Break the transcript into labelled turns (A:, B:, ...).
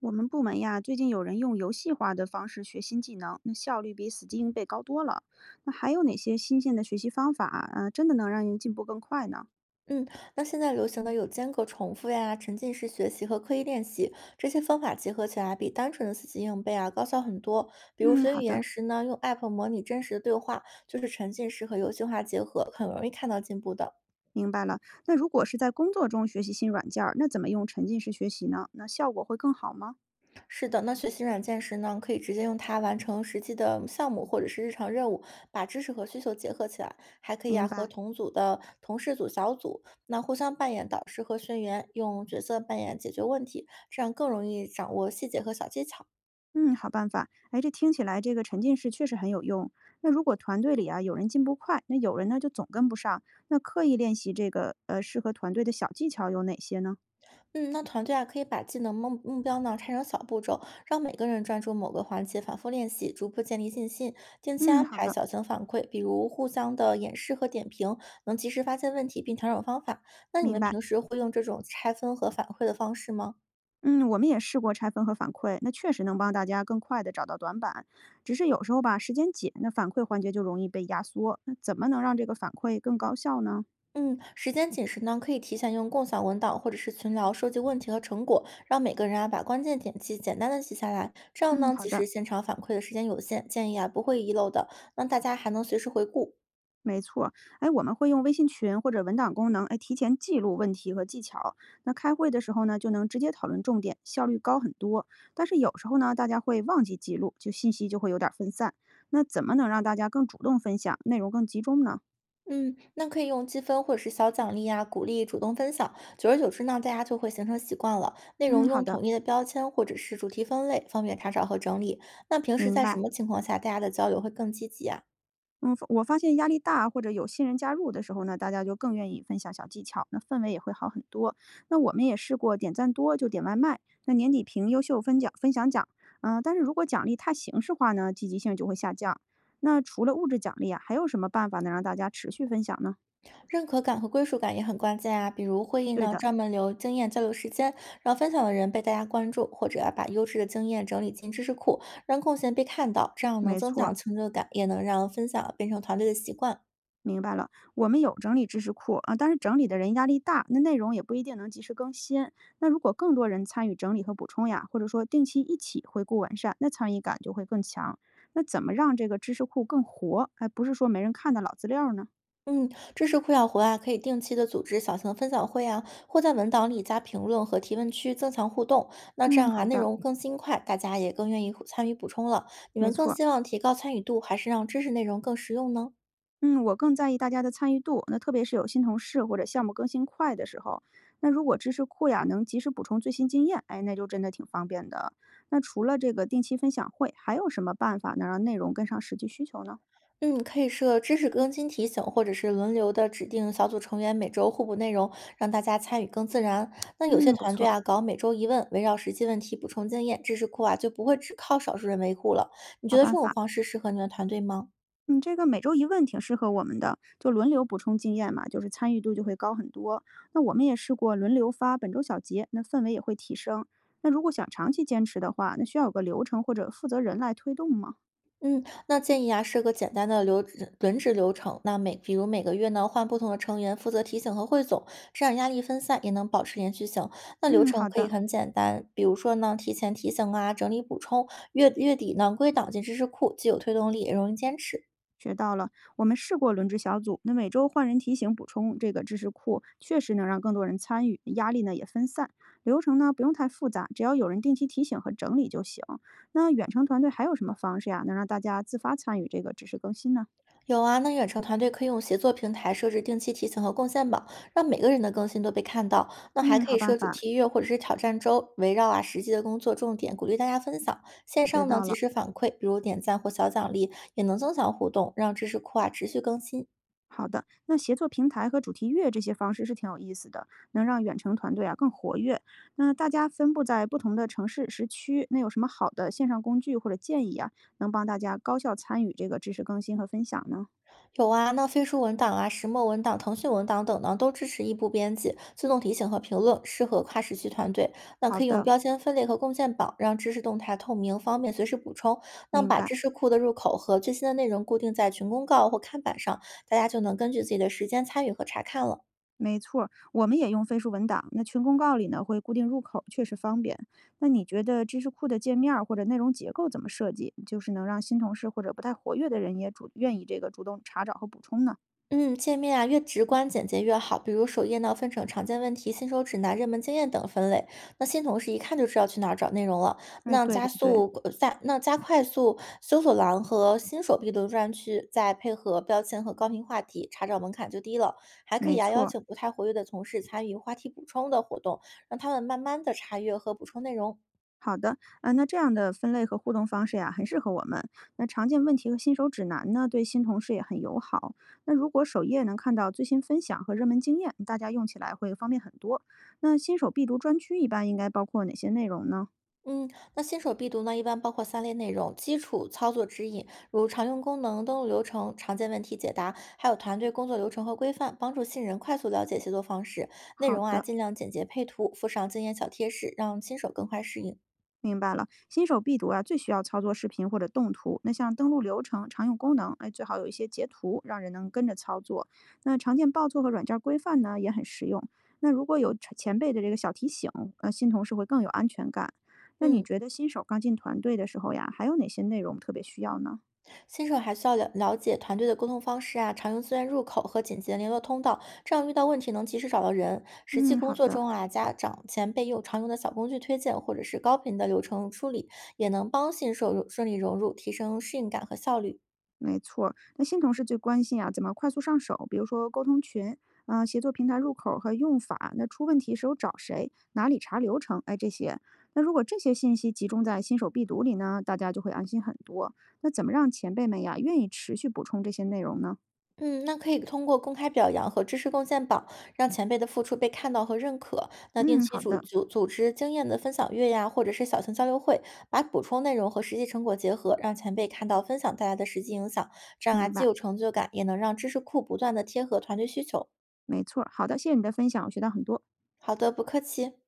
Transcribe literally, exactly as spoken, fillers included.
A: 我们部门呀，最近有人用游戏化的方式学新技能，那效率比死记硬背高多了。那还有哪些新鲜的学习方法啊，呃真的能让人进步更快呢？
B: 嗯，那现在流行的有间隔重复呀、沉浸式学习和刻意练习这些方法结合起来，比单纯的死记硬背啊高效很多。比如
A: 嗯，
B: 学
A: 好
B: 语
A: 的，
B: 言时呢，用 App 模拟真实的对话，就是沉浸式和游戏化结合，很容易看到进步的。
A: 明白了。那如果是在工作中学习新软件儿，那怎么用沉浸式学习呢？那效果会更好吗？
B: 是的，那学习软件时呢，可以直接用它完成实际的项目或者是日常任务，把知识和需求结合起来，还可以啊
A: 明
B: 和
A: 白。
B: 同组的同事组、小组，那互相扮演导师和学员，用角色扮演解决问题，这样更容易掌握细节和小技巧。
A: 嗯，好办法。哎，这听起来这个沉浸式确实很有用。那如果团队里啊有人进步快，那有人呢就总跟不上，那刻意练习这个呃适合团队的小技巧有哪些呢？
B: 嗯，那团队啊，可以把技能目目标呢拆成小步骤，让每个人专注某个环节，反复练习，逐步建立信心。定期
A: 嗯，
B: 安
A: 好
B: 排
A: 的，
B: 小型反馈，比如互相的演示和点评，能及时发现问题并调整方法。那你
A: 明
B: 们
A: 白。
B: 平时会用这种拆分和反馈的方式吗？
A: 嗯，我们也试过拆分和反馈，那确实能帮大家更快地找到短板。只是有时候吧，时间紧，那反馈环节就容易被压缩。那怎么能让这个反馈更高效呢？
B: 嗯，时间紧时呢，可以提前用共享文档或者是群聊收集问题和成果，让每个人啊把关键点记简单的记下来。这样
A: 嗯，
B: 呢，
A: 好
B: 即
A: 的，
B: 使现场反馈的时间有限，建议啊不会遗漏的，那大家还能随时回顾。
A: 没错。哎，我们会用微信群或者文档功能，哎，提前记录问题和技巧。那开会的时候呢，就能直接讨论重点，效率高很多。但是有时候呢，大家会忘记记录，就信息就会有点儿分散。那怎么能让大家更主动分享，内容更集中呢？
B: 嗯，那可以用积分或者是小奖励啊，鼓励主动分享。久而久之呢，大家就会形成习惯了。内容
A: 嗯，好
B: 用
A: 的，
B: 统一的标签或者是主题分类，方便查找和整理。那平时
A: 明
B: 在什
A: 白。
B: 么情况下大家的交流会更积极啊？
A: 嗯，我发现压力大或者有新人加入的时候呢，大家就更愿意分享小技巧，那氛围也会好很多。那我们也试过点赞多就点外卖，那年底评优秀分奖分享奖，嗯、但是如果奖励太形式化呢，积极性就会下降。那除了物质奖励啊，还有什么办法能让大家持续分享呢？
B: 认可感和归属感也很关键啊。比如会议
A: 对
B: 呢，
A: 的，
B: 专门留经验交流时间，让分享的人被大家关注，或者啊把优质的经验整理进知识库，让贡献被看到，这样能
A: 没
B: 增
A: 错儿。
B: 强成就感，也能让分享变成团队的习惯。
A: 明白了，我们有整理知识库啊，但是整理的人压力大，那内容也不一定能及时更新。那如果更多人参与整理和补充呀，或者说定期一起回顾完善，那参与感就会更强。那怎么让这个知识库更活？哎，不是说没人看的老资料呢？
B: 嗯，知识库小活啊，可以定期的组织小型分享会啊，或在文档里加评论和提问区，增强互动。那这
A: 嗯，
B: 样
A: 好
B: 啊，内
A: 的，
B: 容更新快，大家也更愿意参与补充了。你
A: 没
B: 们更
A: 错。
B: 希望提高参与度，还是让知识内容更实用呢？
A: 嗯，我更在意大家的参与度，那特别是有新同事或者项目更新快的时候，那如果知识库呀能及时补充最新经验，哎，那就真的挺方便的。那除了这个定期分享会，还有什么办法能让内容跟上实际需求呢？
B: 嗯，可以设知识更新提醒，或者是轮流的指定小组成员每周互补内容，让大家参与更自然。那有些
A: 嗯，不
B: 团队
A: 错，
B: 啊，搞每周一问，围绕实际问题补充经验，知识库啊就不会只靠少数人维护了。你
A: 好
B: 觉得这
A: 办
B: 种
A: 法。
B: 方式适合你们团队吗？
A: 嗯，这个每周一问挺适合我们的，就轮流补充经验嘛，就是参与度就会高很多。那我们也试过轮流发本周小结，那氛围也会提升。那如果想长期坚持的话，那需要有个流程或者负责人来推动吗？
B: 嗯，那建议啊，设个简单的流轮值流程。那每比如每个月呢，换不同的成员负责提醒和汇总，这样压力分散，也能保持连续性。那流
A: 嗯，
B: 程
A: 好
B: 可以
A: 的。
B: 很简单，比如说呢，提前提醒啊，整理补充，月月底呢归档进知识库，既有推动力，也容易坚持。
A: 学到了，我们试过轮值小组，那每周换人提醒补充这个知识库，确实能让更多人参与，压力呢也分散。流程呢不用太复杂，只要有人定期提醒和整理就行。那远程团队还有什么方式呀，能让大家自发参与这个知识更新呢？
B: 有啊，那远程团队可以用协作平台设置定期提醒和贡献榜，让每个人的更新都被看到。那还
A: 嗯，
B: 可
A: 好
B: 以
A: 办
B: 设主
A: 法，
B: 题月或者是挑战周，围绕啊实际的工作重点，鼓励大家分享。线
A: 学
B: 上呢
A: 到
B: 及
A: 了。
B: 时反馈，比如点赞或小奖励，也能增强互动，让知识库啊持续更新。
A: 好的，那协作平台和主题月这些方式是挺有意思的，能让远程团队啊更活跃。那大家分布在不同的城市、时区，那有什么好的线上工具或者建议啊，能帮大家高效参与这个知识更新和分享呢？
B: 有啊，那飞书文档啊、石墨文档、腾讯文档等呢，都支持异步编辑、自动提醒和评论，适合跨时区团队。那
A: 好
B: 可以用
A: 的，
B: 标签分类和贡献榜，让知识动态透明，方便随时补充。那
A: 明
B: 把
A: 白。
B: 知识库的入口和最新的内容固定在群公告或看板上，大家就能根据自己的时间参与和查看了。
A: 没错儿，我们也用飞书文档。那群公告里呢会固定入口，确实方便。那你觉得知识库的界面儿或者内容结构怎么设计，就是能让新同事或者不太活跃的人也主愿意这个主动查找和补充呢？
B: 嗯，界面啊，越直观简洁越好。比如首页呢，分成常见问题、新手指南、热门经验等分类。那新同事一看就知道去哪儿找内容了。
A: 哎，
B: 那
A: 对
B: 加
A: 对对，
B: 速呃加那加快速搜索栏和新手必读专区，再配合标签和高频话题，查找门槛就低了。还可
A: 没
B: 以啊，邀
A: 错
B: 请不太活跃的同事参与话题补充的活动，让他们慢慢的查阅和补充内容。
A: 好的，呃，那这样的分类和互动方式呀，很适合我们。那常见问题和新手指南呢，对新同事也很友好。那如果首页能看到最新分享和热门经验，大家用起来会方便很多。那新手必读专区一般应该包括哪些内容呢？
B: 嗯，那新手必读呢，一般包括三类内容：基础操作指引，如常用功能、登录流程、常见问题解答，还有团队工作流程和规范，帮助新人快速了解协作方式。内
A: 好
B: 容啊，
A: 的。
B: 尽量简洁配图，附上经验小贴士，让新手更快适应。
A: 明白了，新手必读啊，最需要操作视频或者动图。那像登录流程、常用功能，哎，最好有一些截图，让人能跟着操作。那常见报错和软件规范呢，也很实用。那如果有前前辈的这个小提醒，呃，新同事会更有安全感。那你
B: 嗯。
A: 觉得新手刚进团队的时候呀，还有哪些内容特别需要呢？
B: 新手还需要了了解团队的沟通方式啊，常用资源入口和紧急的联络通道，这样遇到问题能及时找到人。实际
A: 嗯，
B: 工
A: 好
B: 作
A: 的。
B: 中啊，家长前辈用常用的小工具推荐或者是高频的流程处理，也能帮新手顺利融入，提升适应感和效率。
A: 没错儿那新同事最关心啊，怎么快速上手？比如说沟通群，嗯、协作平台入口和用法，那出问题时候找谁，哪里查流程，哎，这些。那如果这些信息集中在新手必读里呢，大家就会安心很多。那怎么让前辈们呀愿意持续补充这些内容呢？
B: 嗯，那可以通过公开表扬和知识贡献榜，让前辈的付出被看到和认可。那定
A: 嗯，
B: 期
A: 好
B: 组
A: 的，
B: 组组织经验的分享月呀，或者是小型交流会，把补充内容和实际成果结合，让前辈看到分享带来的实际影响。这样啊，
A: 明
B: 既
A: 白，
B: 有成就感，也能让知识库不断的贴合团队需求。
A: 没错儿。好的，谢谢你的分享，我学到很多。
B: 好的，不客气。